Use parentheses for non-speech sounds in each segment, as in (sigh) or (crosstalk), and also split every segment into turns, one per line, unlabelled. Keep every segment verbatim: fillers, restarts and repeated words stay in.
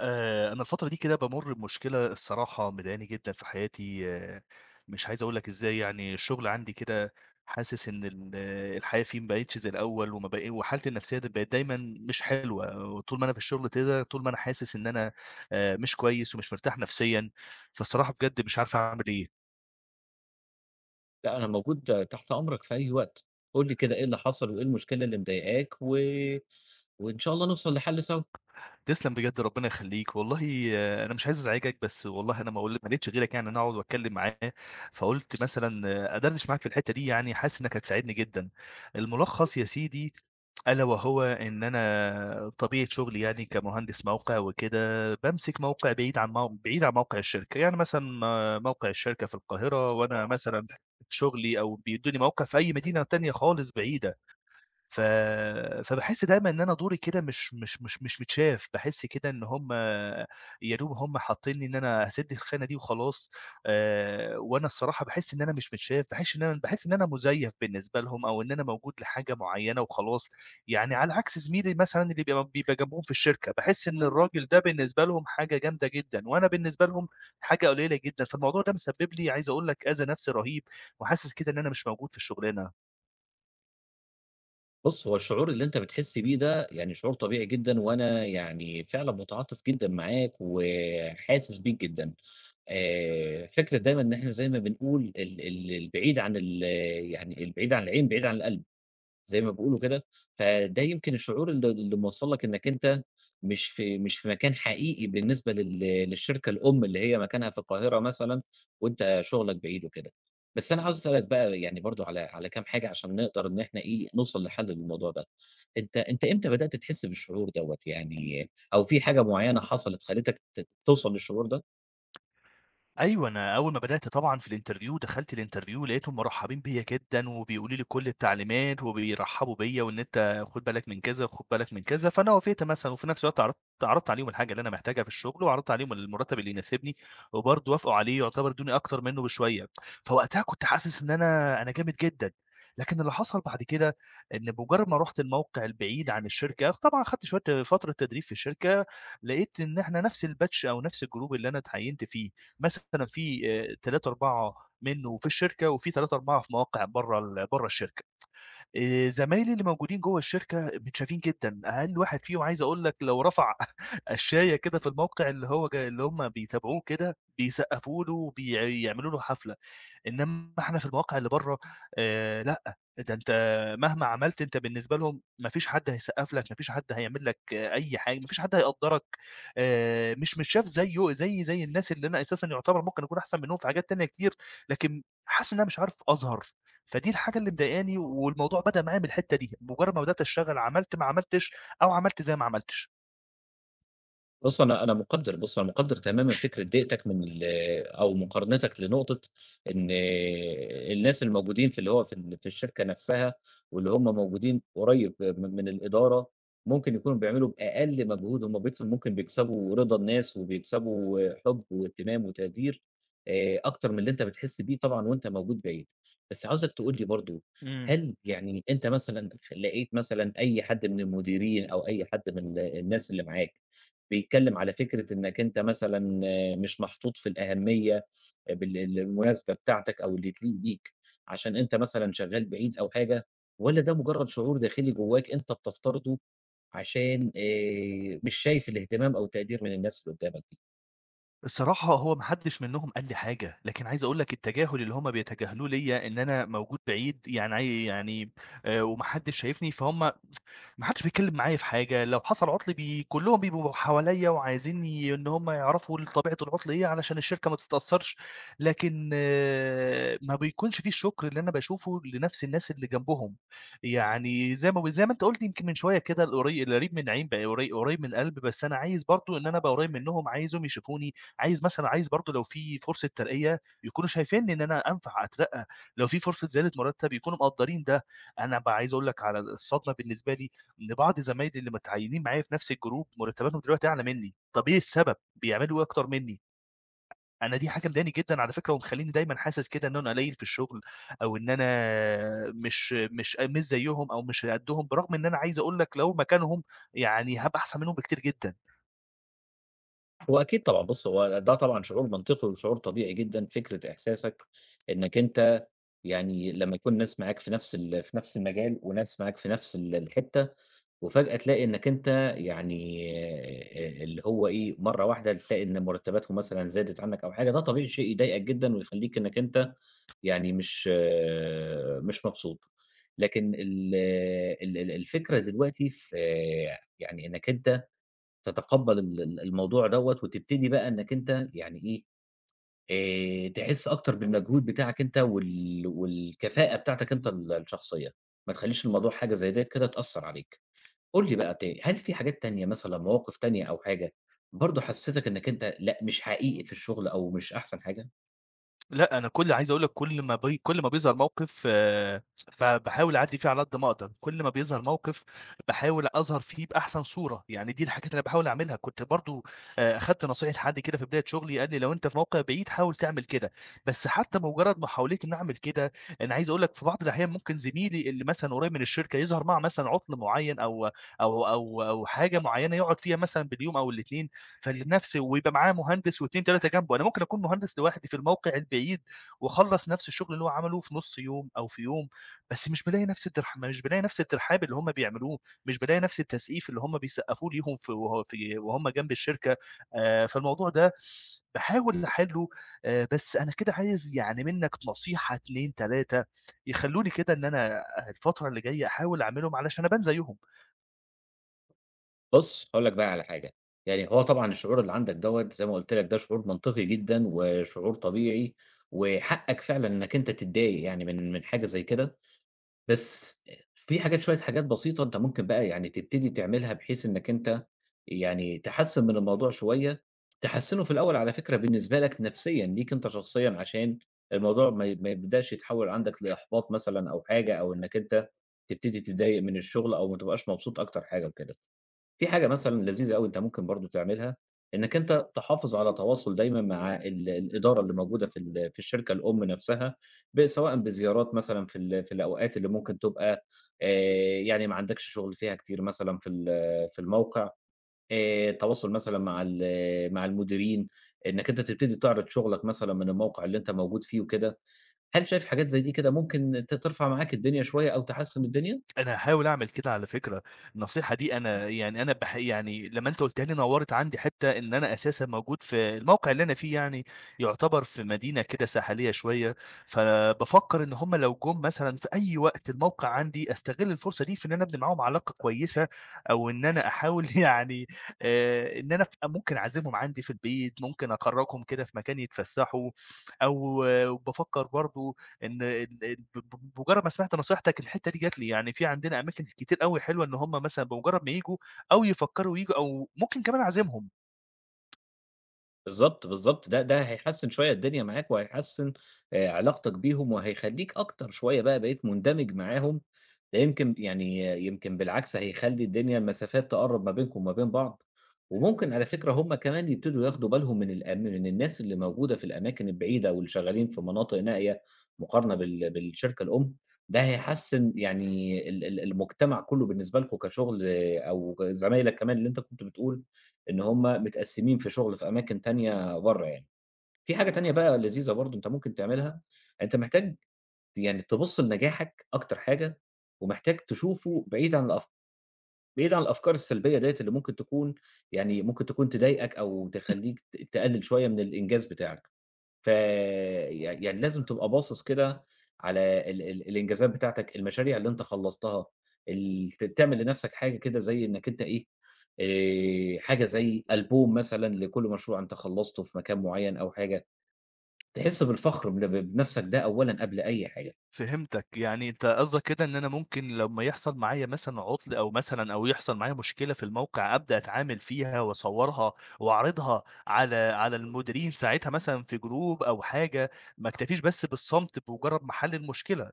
آآ، أنا الفترة دي كده بامُر بمشكلة، الصراحة مضايقاني جدًا في حياتي، آآ، مش عايز أقول لك إزاي، يعني الشغل عندي كده حاسس إن ال آه، الحياة فيه ما بقتش زي الأول، وما بق وحالتي النفسية د بقت دايمًا مش حلوة، وطول ما أنا في الشغل كده، طول ما أنا حاسس إن أنا آآ، مش كويس ومش مرتاح نفسيًا، فالصراحة بجد مش عارف أعمل إيه.
لأ، أنا موجود تحت أمرك في أي وقت. قُل لي كده إيه اللي حصل وإيه المشكلة اللي مضايقاك، و وإن شاء الله نوصل لحل سوا.
تسلم بجد ربنا يخليك والله، آه، انا مش عايز ازعجك، بس والله انا ما قلت ما لقيتش غيرك، يعني إن انا اقعد واتكلم معاه، فقلت مثلا آه، ادردش معاك في الحته دي، يعني حاسس انك هتساعدني جدا. الملخص يا سيدي، الا وهو ان انا طبيعه شغلي يعني كمهندس موقع وكده، بمسك موقع بعيد عن مو... بعيد عن موقع الشركه، يعني مثلا آه، موقع الشركه في القاهره، وانا مثلا شغلي او بيدوني موقع في اي مدينه تانية خالص بعيده. ف فباحس دايمًا إن أنا دوري كده مش مش مش مش متشاف، باحس كده إن هُم يا دوب هُم حاطينّي إن أنا هاسِد الخانة دي وخلاص. آآ وأنا الصراحة باحس إن أنا مش متشاف، باحس إن أنا باحس إن أنا مُزيّف بالنسبة لهم، أو إن أنا موجود لحاجة معيّنة وخلاص. يعني على عكس زميلي مثلًا اللي بيبقى بيبقى جنبهم في الشركة، باحس إن الراجل ده بالنسبة لهم حاجة جامدة جدًا، وأنا بالنسبة لهم حاجة قليّلة جدًا. فالموضوع ده مسبب لي عايز أقول لك أذى نَفْسي رهيب، وحاسس كده إن أنا مش موجود في الشُغلانة.
بُص، هو الشعور اللي أنت بتحس بيه ده يعني شعور طبيعي جدًا، وأنا يعني فعلًا متعاطف جدًا معاك وحاسس بيك جدًا. آآ فكرة دايمًا إن إحنا زي ما بنقول، ال ال البعيد عن ال يعني البعيد عن العين بعيد عن القلب، زي ما بيقولوا كده. فده يمكن الشعور ال اللي موصّل لك إنّك أنت مش في مش في مكان حقيقي بالنسبة لل للشركة الأم اللي هي مكانها في القاهرة مثلًا، وأنت شغلك بعيد وكده. بس أنا عاوز أسألك بقى، يعني برضه، على على كام حاجة عشان نقدر إن إحنا إيه، نوصل لحل للموضوع ده. أنت أنت إمتى بدأت تحس بالشعور دوّة، يعني أو في حاجة معيّنة حصلت خلّتك ت توصل للشعور ده؟
أيوه، أنا أول ما بدأت طبعًا في الinterview، دخلت الinterview لقيتهم مرحبين بيّا جدًا، وبيقولوا لي كل التعليمات، وبيرحبوا بيّا، وإن أنت خُد بالك من كذا، وخُد بالك من كذا، فأنا وافقت مثلًا، وفي نفس الوقت عرضت عرضت عليهم الحاجة اللي أنا محتاجها في الشغل، وعرضت عليهم المرتب اللي يناسبني، وبرضه وافقوا عليه، يعتبر ادوني أكتر منه بشوية. فوقتها كنت حاسس إن أنا أنا جامد جدًا. لكن اللي حصل بعد كده، إن بمجرد ما رُحت الموقع البعيد عن الشركة، طبعًا خدت شوية فترة تدريب في الشركة، لقيت إن إحنا نفس الbatch أو نفس الgroup اللي أنا اتعينت فيه. مثلًا في آآ تلاتة، أربعة منه في الشركة، وفي تلاتة، أربعة في مواقع برّه ال برّه الشركة. آآ زمايلي اللي موجودين جوّه الشركة متشافين جدًا، أقل واحد فيهم عايز أقول لك لو رفع (laughs) قشّاية كده في الموقع اللي هو جا اللي هم بيتابعوه كده، بيسقّفوا له وبيع يعملوا له حفلة. إنما إحنا في الواقع اللي برّه، آآ لأ، ده أنت مهما عملت أنت بالنسبة لهم، ما فيش حد هيسقّف لك، ما فيش حد هيعمل لك آه، أي حاجة، ما فيش حد هيقدّرك. آآ مش متشاف زيه، زيي زي الناس، اللي أنا أساسًا يُعتبر ممكن أكون أحسن منّهم في حاجات تانية كتير، لكن حاسس إن أنا مش عارف أظهر. فدي الحاجة اللي مضايقاني، والموضوع بدأ معايا من الحتّة دي، مجرّد ما بدأت أشتغل، عملت ما عملتش أو عملت زي ما عملتش.
بُص، أنا أنا مُقدِّر بُص، أنا مُقدِّر تمامًا فكرة ضيقتك من ال أو مقارنتك لنقطة، إن الناس الموجودين في اللي هو في ال في الشركة نَفْسها، واللي هم موجودين قريب م من الإدارة، ممكن يكونوا بيعملوا بأقل مجهود هم بيكسب ممكن بيكسبوا رضا الناس، وبيكسبوا حُب واهتمام وتقدير آآ أكتر من اللي أنت بتحِس بيه طبعًا وأنت موجود بعيد. بس عاوزك تقول لي برضه،
إمم.
هل يعني أنت مثلًا لقيت مثلًا أي حد من المديرين أو أي حد من الناس اللي معاك بيتكلّم على فكرة إنّك أنت مثلًا آه، مش محطوط في الأهمية بال المناسبة بتاعتك أو اللي تليق بيك، عشان أنت مثلًا شغّال بعيد أو حاجة، والّا ده مجرّد شعور داخلي جوّاك أنت بتفترضه عشان آآ مش شايف الاهتمام أو التقدير من الناس اللي قدّامك دي؟
الصراحة هو ما حدش منهم قال لي حاجة، لكن عايز أقول لك التجاهل اللي هُم بيتجاهلوه ليّا إن أنا موجود بعيد، يعني عاي يعني آآ وما حدش شايفني، فهُم ما حدش بيتكلم معايا في حاجة، لو حصل عُطل بي كلّهم بيبقوا حواليّا، وعايزين ي إن هم يعرفوا ال طبيعة العُطل إيه علشان الشركة ما تتأثّرش. لكن آه، ما بيكونش في الشُكر اللي أنا باشوفه لنَفْس الناس اللي جنبهم. يعني زي ما ب زي ما أنت قُلت يمكن من شوية كده، القري القريب من عين بقى، قري قريب من القلب، بس أنا عايز برضه إن أنا أبقى قريب منّهم، عايزهم يشوفوني، عايز مثلًا عايز برضه لو في فرصة ترقية يكونوا شايفينّي إن أنا أنفع أترقّى، لو في فرصة زيادة مُرتّب يكونوا مقدّرين ده. أنا بقى عايز أقول لك على الصدمة بالنسبة لي، إن بعض زمايلي اللي متعيّنين معايا في نفس الجروب مرتباتهم دلوقتي أعلى منّي. طَب إيه السبب؟ بيعملوا إيه أكتر منّي؟ أنا دي حاجة مضايقاني جدًا على فكرة، ومخلّيني دايمًا حاسس كده إن أنا قليّل في الشغل، أو إن أنا مش مش مش زيّهم، أو مش قدّهم، برغم إن أنا عايز أقول لك لو مكانهم، يعني هابقى أحسن منّهم بكتير جدًا.
هو أكيد طبعًا. بُص، هو ده طبعًا شعور منطقي وشعور طبيعي جدًا، فكرة إحساسك إنّك أنت يعني لمّا يكون ناس معاك في نفس ال في نفس المجال، وناس معاك في نفس ال الحتّة، وفجأة تلاقي إنك أنت يعني آآ اللي هو إيه، مرّة واحدة تلاقي إن مرتباتهم مثلًا زادت عنك أو حاجة، ده طبيعي شيء يضايقك جدًا، ويخلّيك إنك أنت يعني مش آه، مش مبسوط. لكن ال ال ال الفكرة دلوقتي في آه، يعني إنك أنت تتقبّل ال ال الموضوع دوّة، وتبتدي بقى إنك أنت يعني إيه، آآ تحس أكتر بالمجهود بتاعك أنت وال والكفاءة بتاعتك أنت ال الشخصية، ما تخلّيش الموضوع حاجة زي ديّة كده تأثّر عليك. قُل لي بقى تاني، هل في حاجات تانية، مثلًا مواقف تانية أو حاجة، برضه حسّستك إنّك أنت لأ، مش حقيقي في الشغل أو مش أحسن حاجة؟
لأ، أنا كل عايز أقول لك كل ما بي كل ما بيظهر موقف، آآ، ب باحاول أعدّي فيه على قد ما أقدر. كل ما بيظهر موقف باحاول أظهر فيه بأحسن صورة. يعني دي الحاجات اللي أنا باحاول أعملها. كنت برضه آآ، أخدت نصيحة حد كده في بداية شغلي قال لي: "لو أنت في موقع بعيد حاول تعمل كده." بس حتى بمجرد محاولتي إني أعمل كده، أنا عايز أقول لك في بعض الأحيان ممكن زميلي اللي مثلًا قريب من الشركة يظهر معاه مثلًا عُطل معيّن، أو أو أو أو حاجة معيّنة يقعد فيها مثلًا باليوم أو الاتنين. فلنفس ويبقى معاه مهندس واثنين ثلاثه جنبه، انا ممكن اكون مهندس لوحدي في الموقع البعيد، واخلص نفس الشغل اللي هو عمله في نص يوم او في يوم. بس مش بلاقي نفس الترحاب، مش بلاقي نفس الترحاب اللي هم بيعملوه. مش بلاقي نفس التسقيف اللي هم بيسقفوه ليهم في وهو- في- وهم جنب الشركه. آه، فالموضوع ده بحاول احله. آه، بس انا كده عايز يعني منك نصيحه اتنين تلاته يخلوني كده ان انا الفتره اللي جايه احاول اعملهم علشان ابان زيهم.
بُص، هاقول لك بقى على حاجة. يعني هو طبعًا الشعور اللي عندك دوّة، زي ما قُلت لك، ده شعور منطقي جدًا وشعور طبيعي، وحقّك فعلًا إنّك أنت تتضايق يعني من من حاجة زي كده. بس في حاجات، شوية حاجات بسيطة، أنت ممكن بقى يعني تبتدي تعملها بحيث إنّك أنت يعني تحسّن من الموضوع شوية. تحسّنه في الأول على فكرة بالنسبة لك نفسيًا، ليك أنت شخصيًا، عشان الموضوع ما ي ما يبدأش يتحوّل عندك لإحباط مثلًا أو حاجة، أو إنّك أنت تبتدي تتضايق من الشغل، أو ما تبقاش مبسوط أكتر حاجة وكده. في حاجة مثلًا لذيذة أوي أنت ممكن برضه تعملها، إنّك أنت تحافظ على تواصل دايمًا مع ال الإدارة اللي موجودة في ال في الشركة الأم نفسها، ب سواء بزيارات مثلًا في ال في الأوقات اللي ممكن تبقى آآ يعني ما عندكش شغل فيها كتير، مثلًا في ال في الموقع، آآ تواصل مثلًا مع ال مع المديرين، إنّك أنت تبتدي تعرض شغلك مثلًا من الموقع اللي أنت موجود فيه وكده. هل شايف حاجات زي دي كده ممكن ت ترفع معاك الدنيا شوية أو تحسّن الدنيا؟
أنا هاحاول أعمل كده على فكرة. النصيحة دي أنا يعني أنا باح يعني لمّا أنت قُلتها لي، نوّرت عندي حتّة إن أنا أساسًا موجود في الموقع اللي أنا فيه، يعني يعتبر في مدينة كده ساحلية شوية. فبافكّر إن هم لو جُم مثلًا في أي وقت الموقع عندي، أستغل الفرصة دي في إن أنا أبني معاهم علاقة كويسة، أو إن أنا أحاول (laughs) يعني آآ إن أنا ف ممكن أعزمهم عندي في البيت، ممكن أخرّجهم كده في مكان يتفسّحوا. أو وبافكّر برضه إن ال ال ب ب بمجرد ما سمعت نصيحتك، الحتّة دي جات لي، يعني في عندنا أماكن كتير أوي حلوة، إن هم مثلًا بمجرد ما ييجوا، أو يفكّروا ييجوا، أو ممكن كمان أعزمهم.
بالضبط، بالضبط، ده ده هيحسّن شوية الدنيا معاك، وهيحسّن آآ علاقتك بيهم، وهيخلّيك أكتر شوية بقى بقيت مندمج معاهم. ده يمكن يعني آه، يمكن بالعكس هيخلّي الدنيا المسافات تقرّب ما بينكم وما بين بعض، وممكن على فكرة هم كمان يبتدوا ياخدوا بالهم من الأم من الناس اللي موجودة في الأماكن البعيدة، واللي شغالين في مناطق نائية مقارنة بال بالشركة الأم. ده هيحسّن يعني ال ال المجتمع كلّه بالنسبة لكم كشغل، آه، أو زمايلك كمان اللي أنت كنت بتقول إن هم متقسّمين في شغل في أماكن تانية برّه يعني. في حاجة تانية بقى لذيذة برضه أنت ممكن تعملها. يعني أنت محتاج يعني تبُص لنجاحك أكتر حاجة، ومحتاج تشوفه بعيد عن الأف بعيد عن الأفكار السلبية ديّة اللي ممكن تكون يعني ممكن تكون تضايقك أو تخلّيك ت تقلّل شوية من الإنجاز بتاعك. ف ي يعني لازم تبقى باصص كده على ال ال الإنجازات بتاعتك، المشاريع اللي أنت خلّصتها. ال ت تعمل لنفْسك حاجة كده، زي إنك أنت إيه، آآ حاجة زي ألبوم مثلًا لكل مشروع أنت خلّصته في مكان معيّن أو حاجة، تحس بالفخر بن بنفْسك، ده أولًا قبل أي حاجة.
فهمتك، يعني أنت قصدك كده إن أنا ممكن لمّا يحصل معايا مثلًا عُطْل، أو مثلًا أو يحصل معايا مشكلة في الموقع، أبدأ أتعامل فيها وأصوّرها، وأعرضها على على المديرين ساعتها مثلًا في جروب أو حاجة، ما أكتفيش بس بالصمت بمجرد ما حل المشكلة،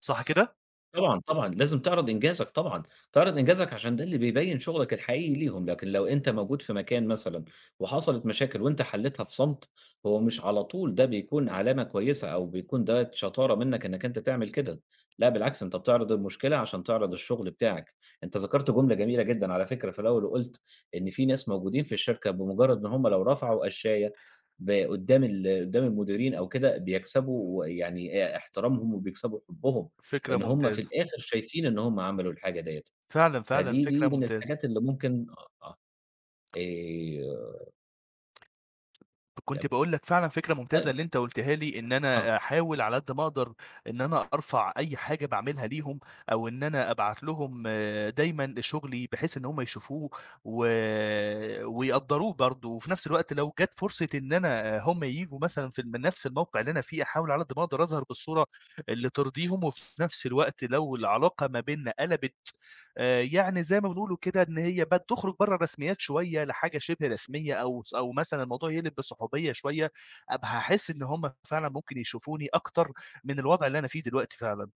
صح كده؟
طبعًا، طبعًا، لازم تعرض إنجازك طبعًا. تعرض إنجازك عشان ده اللي بيبيّن شغلك الحقيقي ليهم. لكن لو أنت موجود في مكان مثلًا وحصلت مشاكل وأنت حليتها في صمت، هو مش على طول ده بيكون علامة كويسة أو بيكون ده شطارة منك إنك أنت تعمل كده. لأ، بالعكس، أنت بتعرض المشكلة عشان تعرض الشغل بتاعك. أنت ذكرت جملة جميلة جدًا على فكرة في الأول وقُلت إن في ناس موجودين في الشركة بمجرد إن هم لو رفعوا قشاية ب قدّام ال قدّام المديرين أو كده، بيكسبوا يعني آآ احترامهم وبيكسبوا حبهم.
فكرة
لإن هُم في
ممتازة.
الآخر شايفين إن هُم عملوا الحاجة ديّة.
فعلًا، فعلًا
فدي
فكرة
دي من
ممتازة.
الحاجات اللي ممكن آه، آه، آآ،
كنت
طب
باقول لك فعلًا فكرة ممتازة
طيب،
اللي أنت قُلتها لي، إن
آه.
أنا أحاول على قد ما أقدر إن أنا أرفع أي حاجة باعملها ليهم، أو إن أنا أبعت لهم آه، دايمًا شغلي بحيث إن هم يشوفوه و ويقدّروه برضه. وفي نفس الوقت لو جات فرصة إن أنا، آه، هم ييجوا مثلًا في من نفس الموقع اللي أنا فيه، أحاول على قد ما أقدر أظهر بالصورة اللي ترضيهم. وفي نفس الوقت لو العلاقة ما بيننا قلبت، آآ يعني زي ما بنقولوا كده إن هي بتخرج برّه الرسميات شوية لحاجة شِبه رسمية، أو ص أو مثلًا الموضوع يقلب بصحوبية شوية، أبقى هاحس إن هم فعلًا ممكن يشوفوني أكتر من الوضع اللي أنا فيه دلوقتي فعلًا.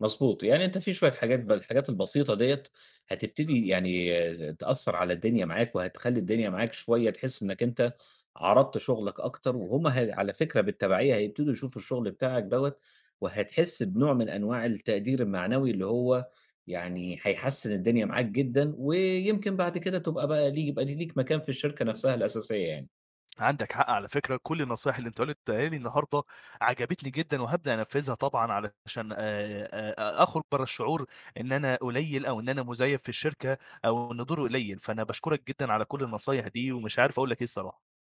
مضبوط، يعني أنت في شوية حاجات بقى، الحاجات البسيطة ديّة، هتبتدي يعني تأثّر على الدنيا معاك، وهتخلّي الدنيا معاك شوية تحس إنّك أنت عرضت شغلك أكتر، وهُم ه على فكرة بالتبعية هيبتدوا يشوفوا الشغل بتاعك دوّة. وهتحس بنوع من أنواع التقدير المعنوي اللي هو يعني هيحسّن الدنيا معاك جدًا، ويمكن بعد كده تبقى بقى لي يبقى ليك مكان في الشركة نفسها الأساسية يعني.
عندك حق على فكرة، كل النصايح اللي أنت قُلتها لي النهارده عجبتني جدًا، وهابدأ أنفّذها طبعًا علشان آآ أ أخرج برّه الشعور إن أنا قليل، أو إن أنا مُزيّف في الشركة، أو إن دوري قليل. فأنا باشكرك جدًا على كل النصايح دي، ومش عارف أقول لك إيه الصراحة.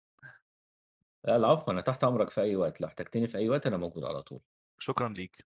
لا، العفو، أنا تحت أمرك في أي وقت، لو احتجتني في أي وقت أنا موجود على طول.
شكرًا ليك.